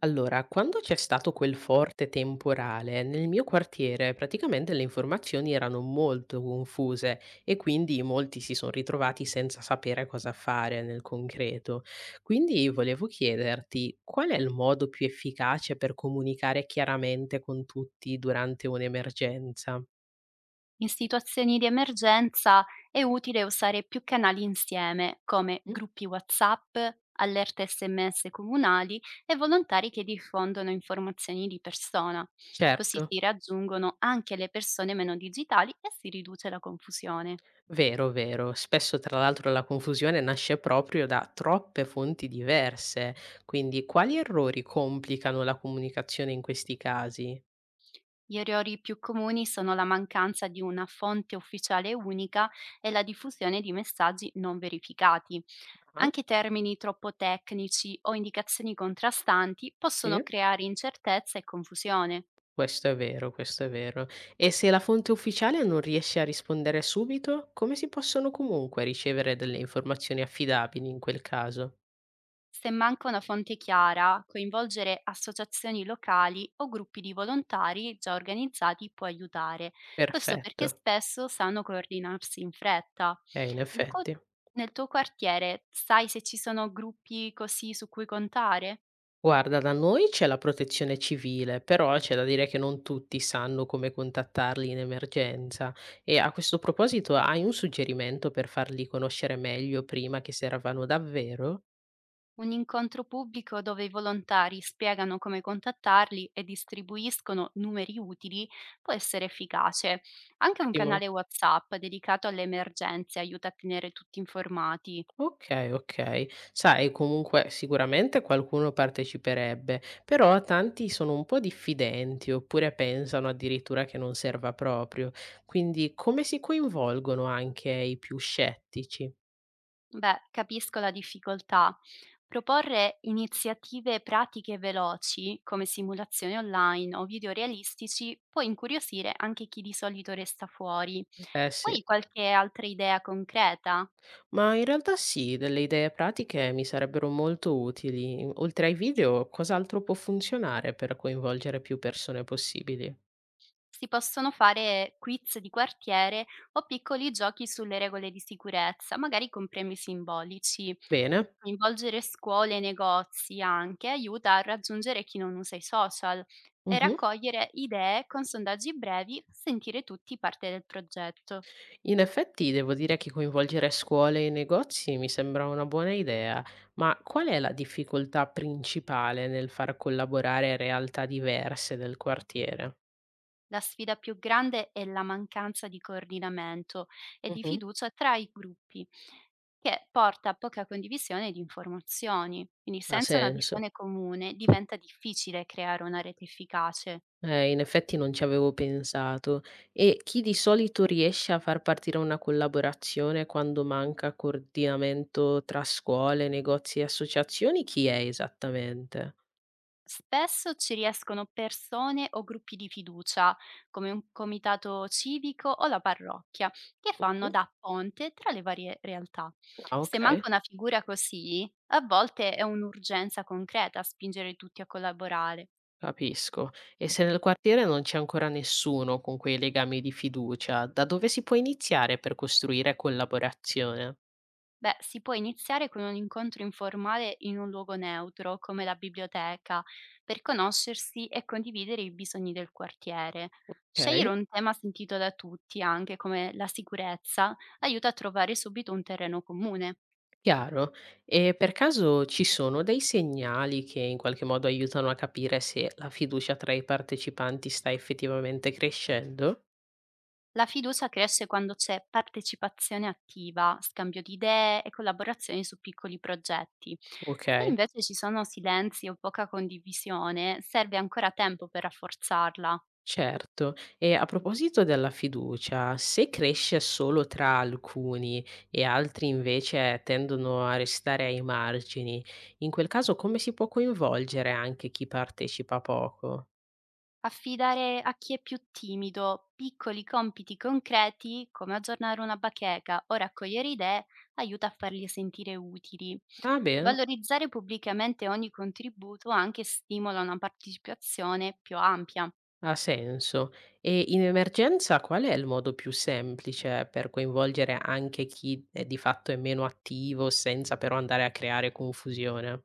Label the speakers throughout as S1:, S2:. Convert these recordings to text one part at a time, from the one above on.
S1: Allora, quando c'è stato quel forte temporale, nel mio quartiere praticamente le informazioni erano molto confuse e quindi molti si sono ritrovati senza sapere cosa fare nel concreto. Quindi volevo chiederti qual è il modo più efficace per comunicare chiaramente con tutti durante un'emergenza?
S2: In situazioni di emergenza è utile usare più canali insieme, come
S1: Mm?
S2: gruppi WhatsApp, allerte SMS comunali e volontari che diffondono informazioni di persona. Così
S1: Certo.
S2: si raggiungono anche le persone meno digitali e si riduce la confusione.
S1: Vero, vero. Spesso, tra l'altro, la confusione nasce proprio da troppe fonti diverse. Quindi, quali errori complicano la comunicazione in questi casi?
S2: Gli errori più comuni sono la mancanza di una fonte ufficiale unica e la diffusione di messaggi non verificati.
S1: Ah,
S2: Anche termini troppo tecnici o indicazioni contrastanti possono
S1: sì.
S2: creare incertezza e confusione.
S1: Questo è vero, questo è vero. E se la fonte ufficiale non riesce a rispondere subito, come si possono comunque ricevere delle informazioni affidabili in quel caso?
S2: Se manca una fonte chiara, coinvolgere associazioni locali o gruppi di volontari già organizzati può aiutare. Questo perché
S1: Perfetto.
S2: spesso sanno coordinarsi in fretta.
S1: In
S2: Nel co-
S1: effetti.
S2: Nel tuo quartiere sai se ci sono gruppi così su cui contare?
S1: Guarda, da noi c'è la protezione civile, però c'è da dire che non tutti sanno come contattarli in emergenza. E a questo proposito, hai un suggerimento per farli conoscere meglio prima che servano davvero?
S2: Un incontro pubblico dove i volontari spiegano come contattarli e distribuiscono numeri utili può essere efficace. Anche un
S1: Ottimo.
S2: canale WhatsApp dedicato alle emergenze aiuta a tenere tutti informati.
S1: Ok, ok. Sai, comunque sicuramente qualcuno parteciperebbe, però tanti sono un po' diffidenti oppure pensano addirittura che non serva proprio. Quindi come si coinvolgono anche i più scettici?
S2: Beh, capisco la difficoltà. Proporre iniziative pratiche e veloci, come simulazioni online o video realistici, può incuriosire anche chi di solito resta fuori.
S1: Eh sì.
S2: Poi qualche altra idea concreta?
S1: Ma in realtà sì, delle idee pratiche mi sarebbero molto utili. Oltre ai video, cos'altro può funzionare per coinvolgere più persone possibili?
S2: Si possono fare quiz di quartiere o piccoli giochi sulle regole di sicurezza, magari con premi simbolici.
S1: Bene.
S2: Coinvolgere scuole e negozi anche aiuta a raggiungere chi non usa i social e
S1: Mhm.
S2: raccogliere idee con sondaggi brevi, sentire tutti parte del progetto.
S1: In effetti devo dire che coinvolgere scuole e negozi mi sembra una buona idea, ma qual è la difficoltà principale nel far collaborare realtà diverse del quartiere?
S2: La sfida più grande è la mancanza di coordinamento e di
S1: Mhm.
S2: fiducia tra i gruppi, che porta a poca condivisione di informazioni. Quindi
S1: Ha
S2: senza una
S1: senso.
S2: visione comune diventa difficile creare una rete efficace.
S1: In effetti non ci avevo pensato. E chi di solito riesce a far partire una collaborazione quando manca coordinamento tra scuole, negozi e associazioni, chi è esattamente?
S2: Spesso ci riescono persone o gruppi di fiducia, come un comitato civico o la parrocchia, che fanno
S1: Mh-mh.
S2: da ponte tra le varie realtà.
S1: Ah,
S2: Se
S1: okay,
S2: manca una figura così, a volte è un'urgenza concreta a spingere tutti a collaborare.
S1: capisco. E se nel quartiere non c'è ancora nessuno con quei legami di fiducia, da dove si può iniziare per costruire collaborazione?
S2: Beh, si può iniziare con un incontro informale in un luogo neutro, come la biblioteca, per conoscersi e condividere i bisogni del quartiere.
S1: Okay.
S2: Scegliere un tema sentito da tutti, anche come la sicurezza, aiuta a trovare subito un terreno comune.
S1: Chiaro. E per caso ci sono dei segnali che in qualche modo aiutano a capire se la fiducia tra i partecipanti sta effettivamente crescendo?
S2: La fiducia cresce quando c'è partecipazione attiva, scambio di idee e collaborazioni su piccoli progetti.
S1: Ok,
S2: Se invece ci sono silenzi o poca condivisione, serve ancora tempo per rafforzarla.
S1: certo. E a proposito della fiducia, se cresce solo tra alcuni e altri invece tendono a restare ai margini, in quel caso come si può coinvolgere anche chi partecipa poco?
S2: Affidare a chi è più timido piccoli compiti concreti, come aggiornare una bacheca o raccogliere idee, aiuta a farli sentire utili.
S1: Ah, bene.
S2: Valorizzare pubblicamente ogni contributo anche stimola una partecipazione più ampia.
S1: Ha senso. E in emergenza qual è il modo più semplice per coinvolgere anche chi è di fatto è meno attivo senza però andare a creare confusione?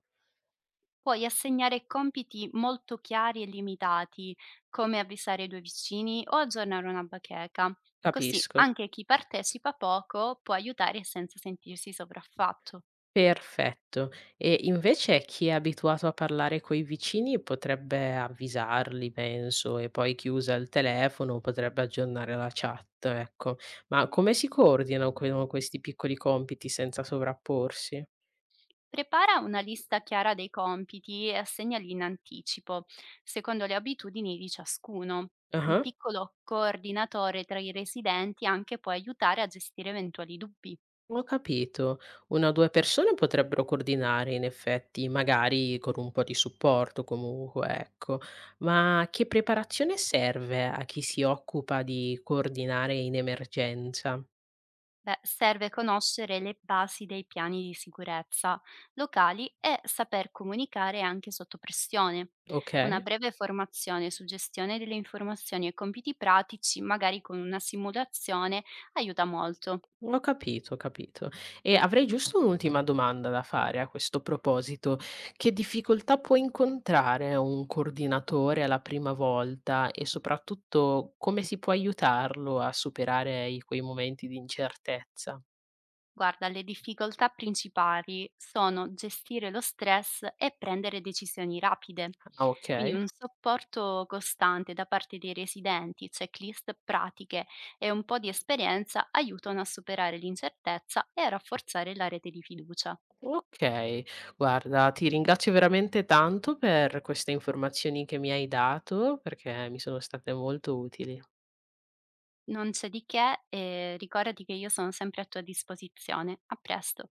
S2: Puoi assegnare compiti molto chiari e limitati, come avvisare i tuoi vicini o aggiornare una bacheca. Così
S1: Capisco.
S2: anche chi partecipa poco può aiutare senza sentirsi sopraffatto.
S1: Perfetto. E invece chi è abituato a parlare coi vicini potrebbe avvisarli, penso, e poi chi usa il telefono potrebbe aggiornare la chat, ecco. Ma come si coordinano questi piccoli compiti senza sovrapporsi?
S2: Prepara una lista chiara dei compiti e assegnali in anticipo, secondo le abitudini di ciascuno. Un
S1: Ah.
S2: piccolo coordinatore tra i residenti anche può aiutare a gestire eventuali dubbi.
S1: Ho capito. 1 o 2 persone potrebbero coordinare in effetti, magari con un po' di supporto comunque, ecco. Ma che preparazione serve a chi si occupa di coordinare in emergenza?
S2: Beh, serve conoscere le basi dei piani di sicurezza locali e saper comunicare anche sotto pressione. Una
S1: Okay,
S2: breve formazione su gestione delle informazioni e compiti pratici, magari con una simulazione, aiuta molto.
S1: ho capito, ho capito. E avrei giusto un'ultima domanda da fare a questo proposito: che difficoltà può incontrare un coordinatore alla prima volta e soprattutto come si può aiutarlo a superare i quei momenti di incertezza?
S2: Guarda, le difficoltà principali sono gestire lo stress e prendere decisioni rapide.
S1: Ah,
S2: Quindi
S1: okay.
S2: un supporto costante da parte dei residenti, checklist pratiche e un po' di esperienza aiutano a superare l'incertezza e a rafforzare la rete di fiducia.
S1: Okay. Guarda, ti ringrazio veramente tanto per queste informazioni che mi hai dato, perché mi sono state molto utili.
S2: Non c'è di che e ricordati che io sono sempre a tua disposizione. A presto.